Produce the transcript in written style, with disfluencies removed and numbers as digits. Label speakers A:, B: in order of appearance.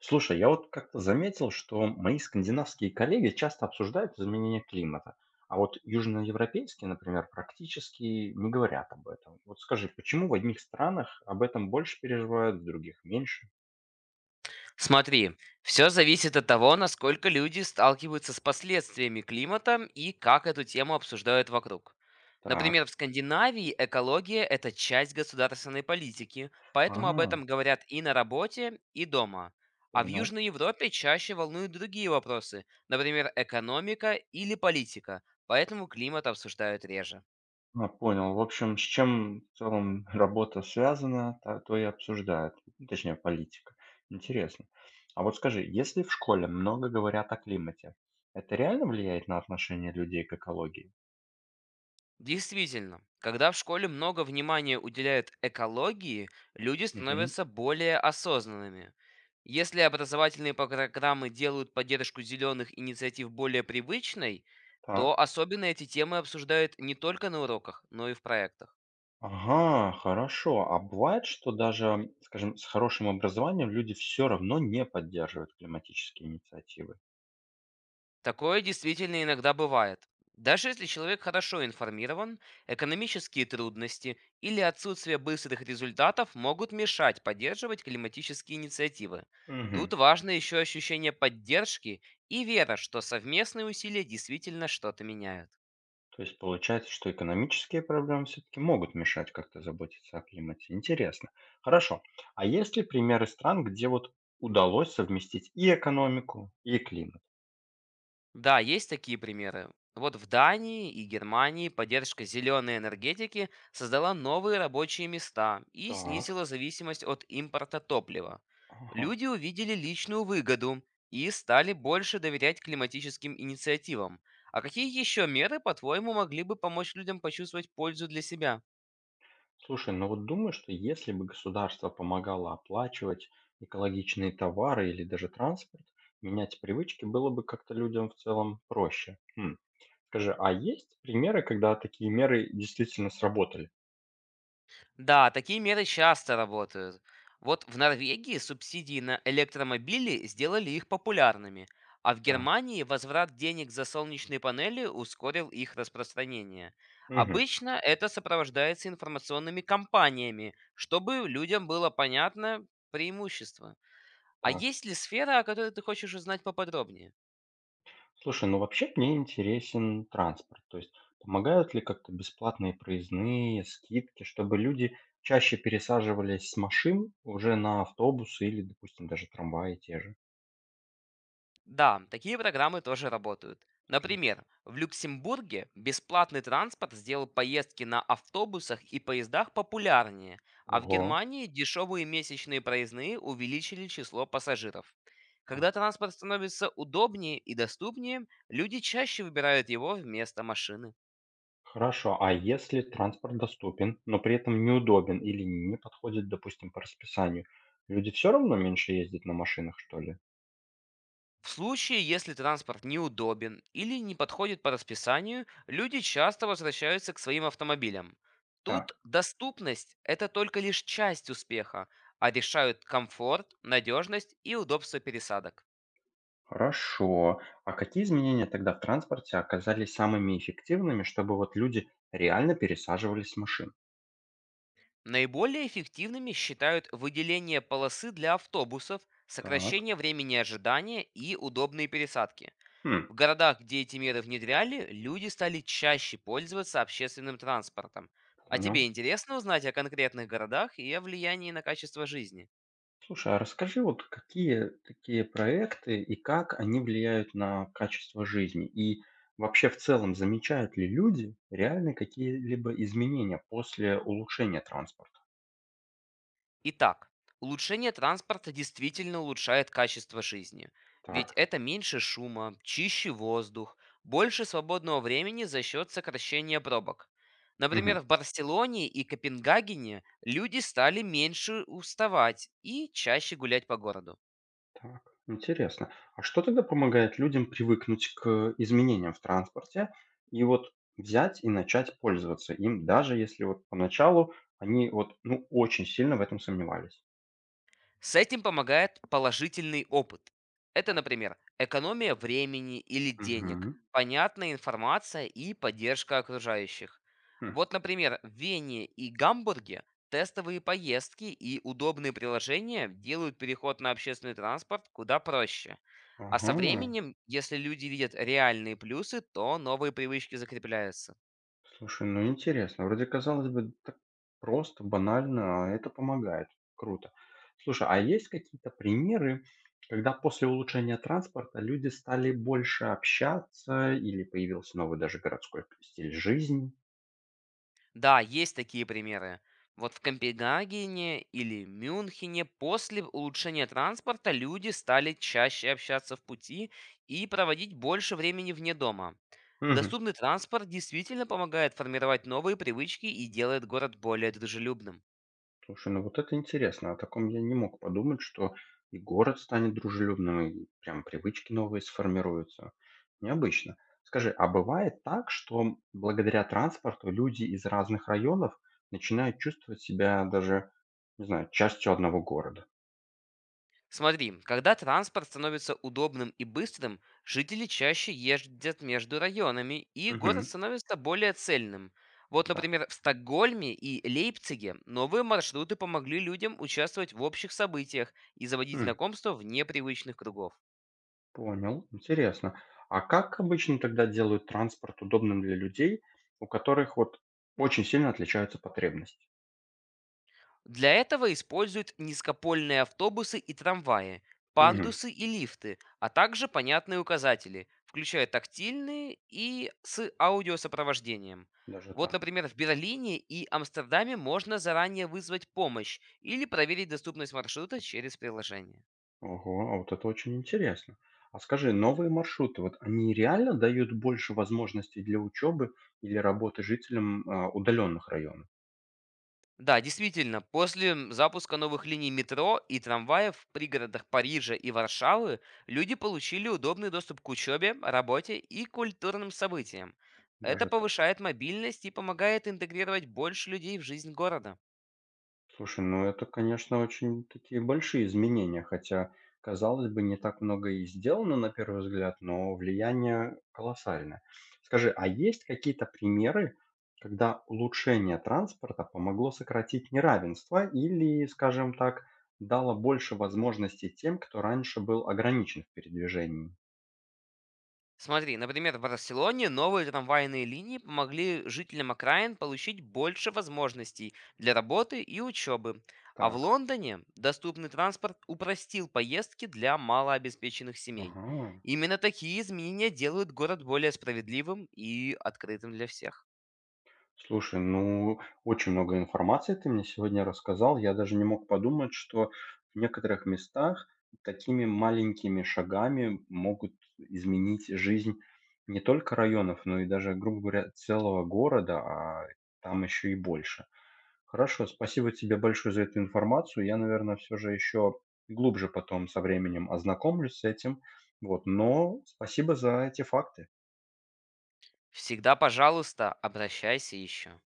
A: Слушай, я вот как-то заметил, что мои скандинавские коллеги часто обсуждают изменение климата, а вот южноевропейские, например, практически не говорят об этом. Вот скажи, почему в одних странах об этом больше переживают, в других меньше?
B: Смотри, все зависит от того, насколько люди сталкиваются с последствиями климата и как эту тему обсуждают вокруг. Например,
A: Так,
B: в Скандинавии экология– это часть государственной политики, поэтому об
A: а,
B: этом говорят и на работе, и дома. А в
A: понял.
B: Южной Европе чаще волнуют другие вопросы, например, экономика или политика, поэтому климат обсуждают реже.
A: А, понял. В общем, с чем в целом работа связана, то и обсуждают. Ну, точнее, политика. Интересно. А вот скажи, если в школе много говорят о климате, это реально влияет на отношение людей к экологии?
B: Действительно, когда в школе много внимания уделяют экологии, люди становятся более осознанными. Если образовательные программы делают поддержку зеленых инициатив более привычной, то
A: Так.
B: особенно эти темы обсуждают не только на уроках, но и в проектах.
A: Ага, хорошо. А бывает, что даже, скажем, с хорошим образованием люди все равно не поддерживают климатические инициативы.
B: Такое действительно иногда бывает. Даже если человек хорошо информирован, экономические трудности или отсутствие быстрых результатов могут мешать поддерживать климатические инициативы. Тут
A: Мгм.
B: важно еще ощущение поддержки и вера, что совместные усилия действительно что-то меняют.
A: То есть получается, что экономические проблемы все-таки могут мешать как-то заботиться о климате. Интересно. Хорошо. А есть ли примеры стран, где вот удалось совместить и экономику, и климат?
B: Да, есть такие примеры. Вот в Дании и Германии поддержка зеленой энергетики создала новые рабочие места и
A: Так.
B: снизила зависимость от импорта топлива.
A: Ага.
B: Люди увидели личную выгоду и стали больше доверять климатическим инициативам. А какие еще меры, по-твоему, могли бы помочь людям почувствовать пользу для себя?
A: Слушай, ну вот думаю, что если бы государство помогало оплачивать экологичные товары или даже транспорт, менять привычки было бы как-то людям в целом проще. Хм. Скажи, а есть примеры, когда такие меры действительно сработали?
B: Да, такие меры часто работают. Вот в Норвегии субсидии на электромобили сделали их популярными, а в
A: Так.
B: Германии возврат денег за солнечные панели ускорил их распространение.
A: Мгм.
B: Обычно это сопровождается информационными кампаниями, чтобы людям было понятно преимущество. А
A: Так.
B: есть ли сфера, о которой ты хочешь узнать поподробнее?
A: Слушай, ну вообще мне интересен транспорт. То есть помогают ли как-то бесплатные проездные, скидки, чтобы люди чаще пересаживались с машин уже на автобусы или, допустим, даже трамваи те же?
B: Да, такие программы тоже работают.
A: Отлично.
B: Например, в Люксембурге бесплатный транспорт сделал поездки на автобусах и поездах популярнее, а в
A: Ого.
B: Германии дешевые месячные проездные увеличили число пассажиров. Когда
A: Так.
B: транспорт становится удобнее и доступнее, люди чаще выбирают его вместо машины.
A: Хорошо, а если транспорт доступен, но при этом неудобен или не подходит, допустим, по расписанию, люди все равно меньше ездят на машинах, что ли?
B: В случае, если транспорт неудобен или не подходит по расписанию, люди часто возвращаются к своим автомобилям. Тут
A: Так,
B: доступность– это только лишь часть успеха, а решают комфорт, надежность и удобство пересадок.
A: хорошо. А какие изменения тогда в транспорте оказались самыми эффективными, чтобы вот люди реально пересаживались с машин?
B: Наиболее эффективными считают выделение полосы для автобусов,
A: Так,
B: сокращение времени ожидания и удобные пересадки.
A: хм,
B: В городах, где эти меры внедряли, люди стали чаще пользоваться общественным транспортом. А тебе
A: понял.
B: интересно узнать о конкретных городах и о влиянии на качество жизни?
A: Слушай, а расскажи, вот какие такие проекты и как они влияют на качество жизни? И вообще в целом замечают ли люди реально какие-либо изменения после улучшения транспорта?
B: Итак, улучшение транспорта действительно улучшает качество жизни. Ведь
A: Так,
B: это меньше шума, чище воздух, больше свободного времени за счет сокращения пробок. Например,
A: мгм,
B: в Барселоне и Копенгагене люди стали меньше уставать и чаще гулять по городу.
A: так, интересно. А что тогда помогает людям привыкнуть к изменениям в транспорте и вот взять и начать пользоваться им, даже если вот поначалу они вот ну очень сильно в этом сомневались?
B: С этим помогает положительный опыт. Это,
A: Так,
B: например, экономия времени или денег,
A: мгм,
B: понятная информация и поддержка окружающих.
A: хм,
B: Вот, например, в Вене и Гамбурге тестовые поездки и удобные приложения делают переход на общественный транспорт куда проще. А со
A: ага.
B: временем, если люди видят реальные плюсы, то новые привычки закрепляются.
A: Слушай, ну интересно. Вроде, казалось бы, так просто, банально, а это помогает. Круто. Слушай, а есть какие-то примеры, когда после улучшения транспорта люди стали больше общаться или появился новый даже городской стиль жизни?
B: Да, есть такие примеры. Вот в Копенгагене или Мюнхене после улучшения транспорта люди стали чаще общаться в пути и проводить больше времени вне дома.
A: Мгм.
B: Доступный транспорт действительно помогает формировать новые привычки и делает город более дружелюбным.
A: Слушай, ну вот это интересно. О таком я не мог подумать, что и город станет дружелюбным, и прям привычки новые сформируются. Необычно. Скажи, а бывает так, что благодаря транспорту люди из разных районов начинают чувствовать себя даже, не знаю, частью одного города?
B: Смотри, когда транспорт становится удобным и быстрым, жители чаще ездят между районами, и город
A: Мгм.
B: становится более цельным. Вот,
A: Так.
B: например, в Стокгольме и Лейпциге новые маршруты помогли людям участвовать в общих событиях и заводить
A: М,
B: знакомства в непривычных кругов.
A: понял. Интересно. А как обычно тогда делают транспорт удобным для людей, у которых вот очень сильно отличаются потребности?
B: Для этого используют низкопольные автобусы и трамваи,
A: Мгм.
B: пандусы и лифты, а также понятные указатели, включая тактильные и с аудиосопровождением.
A: Даже
B: Вот,
A: так.
B: например, в Берлине и Амстердаме можно заранее вызвать помощь или проверить доступность маршрута через приложение.
A: Ого, а вот это очень интересно. А скажи, новые маршруты, вот они реально дают больше возможностей для учебы или работы жителям удаленных районов?
B: Да, действительно, после запуска новых линий метро и трамваев в пригородах Парижа и Варшавы люди получили удобный доступ к учебе, работе и культурным событиям. Это
A: Даже так?
B: повышает мобильность и помогает интегрировать больше людей в жизнь города.
A: Слушай, ну это, конечно, очень такие большие изменения, хотя, казалось бы, не так много и сделано на первый взгляд, но влияние колоссальное. Скажи, а есть какие-то примеры, когда улучшение транспорта помогло сократить неравенство или, скажем так, дало больше возможностей тем, кто раньше был ограничен в передвижении?
B: Смотри, например, в Барселоне новые трамвайные линии помогли жителям окраин получить больше возможностей для работы и учебы. А в
A: Так,
B: Лондоне доступный транспорт упростил поездки для малообеспеченных семей.
A: ага.
B: Именно такие изменения делают город более справедливым и открытым для всех.
A: Слушай, ну, очень много информации ты мне сегодня рассказал. Я даже не мог подумать, что в некоторых местах такими маленькими шагами могут изменить жизнь не только районов, но и даже, грубо говоря, целого города, а там еще и больше. Хорошо, спасибо тебе большое за эту информацию. Я, наверное, все же еще глубже потом со временем ознакомлюсь с этим. Вот, но спасибо за эти факты.
B: Всегда, пожалуйста, обращайся еще.